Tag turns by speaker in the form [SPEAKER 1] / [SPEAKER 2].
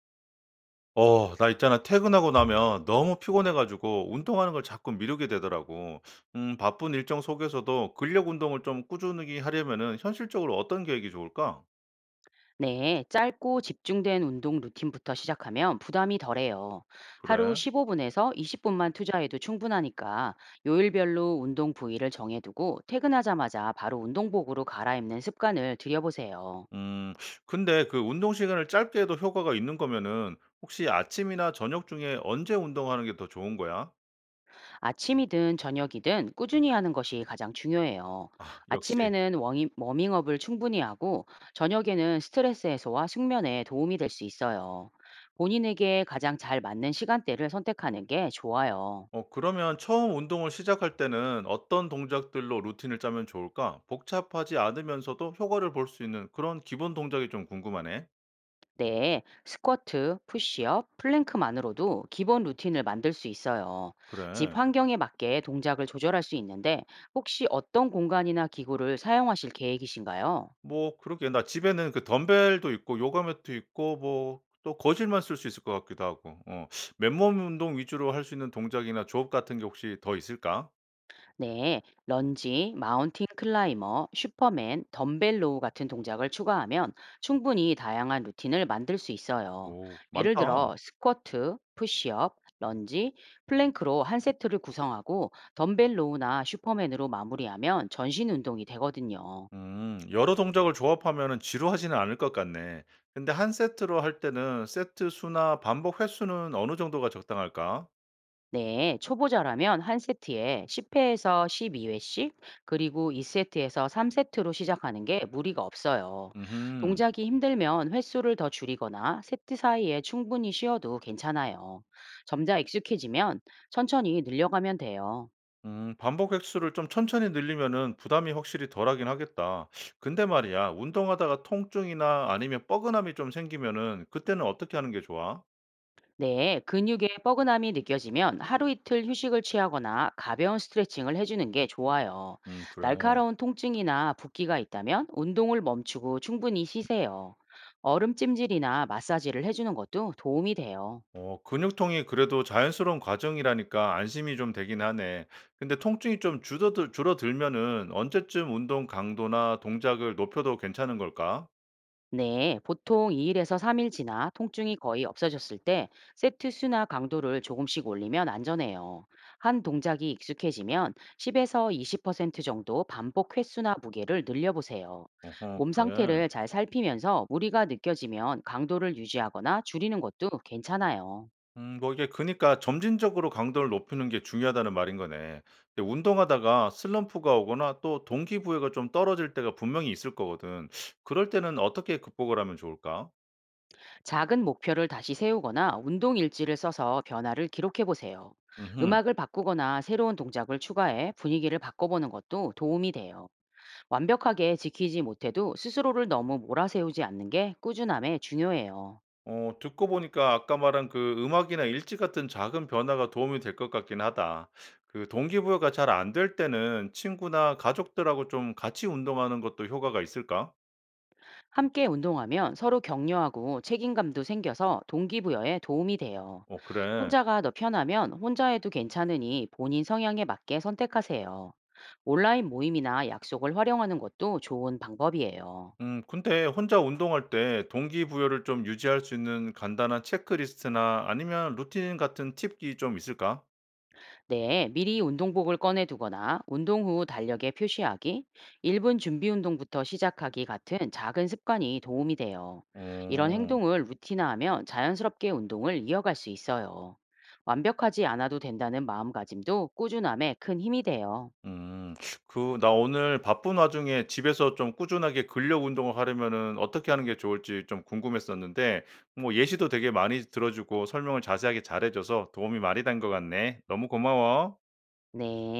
[SPEAKER 1] 나 있잖아. 퇴근하고 나면 너무 피곤해 가지고 운동하는 걸 자꾸 미루게 되더라고. 바쁜 일정 속에서도 근력 운동을 좀 꾸준히 하려면은 현실적으로 어떤 계획이 좋을까?
[SPEAKER 2] 네, 짧고 집중된 운동 루틴부터 시작하면 부담이 덜해요. 하루
[SPEAKER 1] 그래.
[SPEAKER 2] 15분에서 20분만 투자해도 충분하니까 요일별로 운동 부위를 정해두고 퇴근하자마자 바로 운동복으로 갈아입는 습관을 들여보세요.
[SPEAKER 1] 음, 근데 그 운동 시간을 짧게 해도 효과가 있는 거면은 혹시 아침이나 저녁 중에 언제 운동하는 게 더 좋은 거야?
[SPEAKER 2] 아침이든 저녁이든 꾸준히 하는 것이 가장 중요해요.
[SPEAKER 1] 아, 역시.
[SPEAKER 2] 아침에는 워밍업을 충분히 하고 저녁에는 스트레스 해소와 숙면에 도움이 될 수 있어요. 본인에게 가장 잘 맞는 시간대를 선택하는 게 좋아요.
[SPEAKER 1] 그러면 처음 운동을 시작할 때는 어떤 동작들로 루틴을 짜면 좋을까? 복잡하지 않으면서도 효과를 볼 수 있는 그런 기본 동작이 좀 궁금하네.
[SPEAKER 2] 네, 스쿼트, 푸시업, 플랭크만으로도 기본 루틴을 만들 수 있어요. 집
[SPEAKER 1] 그래.
[SPEAKER 2] 환경에 맞게 동작을 조절할 수 있는데 혹시 어떤 공간이나 기구를 사용하실 계획이신가요?
[SPEAKER 1] 뭐 그러게 나 집에는 그 덤벨도 있고 요가 매트 있고 뭐 또 거실만 쓸 수 있을 것 같기도 하고. 어. 맨몸 운동 위주로 할 수 있는 동작이나 조업 같은 게 혹시 더 있을까?
[SPEAKER 2] 네, 런지, 마운틴 클라이머, 슈퍼맨, 덤벨 로우 같은 동작을 추가하면 충분히 다양한 루틴을 만들 수 있어요.
[SPEAKER 1] 오
[SPEAKER 2] 예를
[SPEAKER 1] 많다.
[SPEAKER 2] 들어 스쿼트, 푸시업, 런지, 플랭크로 한 세트를 구성하고 덤벨 로우나 슈퍼맨으로 마무리하면 전신 운동이 되거든요.
[SPEAKER 1] 여러 동작을 조합하면은 지루하지는 않을 것 같네. 근데 한 세트로 할 때는 세트 수나 반복 횟수는 어느 정도가 적당할까?
[SPEAKER 2] 네, 초보자라면 한 세트에 10회에서 12회씩, 그리고 2세트에서 3세트로 시작하는 게 무리가 없어요.
[SPEAKER 1] 음
[SPEAKER 2] 동작이 힘들면 횟수를 더 줄이거나 세트 사이에 충분히 쉬어도 괜찮아요. 점자 익숙해지면 천천히 늘려가면 돼요.
[SPEAKER 1] 반복 횟수를 좀 천천히 늘리면은 부담이 확실히 덜하긴 하겠다. 근데 말이야, 운동하다가 통증이나 아니면 뻐근함이 좀 생기면은 그때는 어떻게 하는 게 좋아?
[SPEAKER 2] 네, 근육의 뻐근함이 느껴지면 하루 이틀 휴식을 취하거나 가벼운 스트레칭을 해주는 게 좋아요.
[SPEAKER 1] 그래.
[SPEAKER 2] 날카로운 통증이나 붓기가 있다면 운동을 멈추고 충분히 쉬세요. 얼음 찜질이나 마사지를 해주는 것도 도움이 돼요.
[SPEAKER 1] 근육통이 그래도 자연스러운 과정이라니까 안심이 좀 되긴 하네. 근데 통증이 좀 줄어들면은 언제쯤 운동 강도나 동작을 높여도 괜찮은 걸까?
[SPEAKER 2] 네, 보통 2일에서 3일 지나 통증이 거의 없어졌을 때 세트 수나 강도를 조금씩 올리면 안전해요. 한 동작이 익숙해지면 10에서 20% 정도 반복 횟수나 무게를 늘려보세요.
[SPEAKER 1] 어허,
[SPEAKER 2] 몸
[SPEAKER 1] 그래.
[SPEAKER 2] 상태를 잘 살피면서 무리가 느껴지면 강도를 유지하거나 줄이는 것도 괜찮아요.
[SPEAKER 1] 뭐 이게 그니까 점진적으로 강도를 높이는 게 중요하다는 말인 거네. 근데 운동하다가 슬럼프가 오거나 또 동기부여가 좀 떨어질 때가 분명히 있을 거거든. 그럴 때는 어떻게 극복을 하면 좋을까?
[SPEAKER 2] 작은 목표를 다시 세우거나 운동 일지를 써서 변화를 기록해보세요.
[SPEAKER 1] 음.
[SPEAKER 2] 음악을 바꾸거나 새로운 동작을 추가해 분위기를 바꿔보는 것도 도움이 돼요. 완벽하게 지키지 못해도 스스로를 너무 몰아세우지 않는 게 꾸준함에 중요해요.
[SPEAKER 1] 듣고 보니까 아까 말한 그 음악이나 일지 같은 작은 변화가 도움이 될 것 같긴 하다. 그 동기부여가 잘 안 될 때는 친구나 가족들하고 좀 같이 운동하는 것도 효과가 있을까?
[SPEAKER 2] 함께 운동하면 서로 격려하고 책임감도 생겨서 동기부여에 도움이 돼요.
[SPEAKER 1] 어 그래.
[SPEAKER 2] 혼자가 더 편하면 혼자 해도 괜찮으니 본인 성향에 맞게 선택하세요. 온라인 모임이나 약속을 활용하는 것도 좋은 방법이에요.
[SPEAKER 1] 근데 혼자 운동할 때 동기부여를 좀 유지할 수 있는 간단한 체크리스트나 아니면 루틴 같은 팁이 좀 있을까?
[SPEAKER 2] 네, 미리 운동복을 꺼내 두거나 운동 후 달력에 표시하기, 1분 준비 운동부터 시작하기 같은 작은 습관이 도움이 돼요. 이런
[SPEAKER 1] 어.
[SPEAKER 2] 행동을 루틴화하면 자연스럽게 운동을 이어갈 수 있어요. 완벽하지 않아도 된다는 마음가짐도 꾸준함에 큰 힘이 돼요.
[SPEAKER 1] 음. 그 나 오늘 바쁜 와중에 집에서 좀 꾸준하게 근력 운동을 하려면은 어떻게 하는 게 좋을지 좀 궁금했었는데 뭐 예시도 되게 많이 들어 주고 설명을 자세하게 잘해 줘서 도움이 많이 된 것 같네. 너무 고마워.
[SPEAKER 2] 네.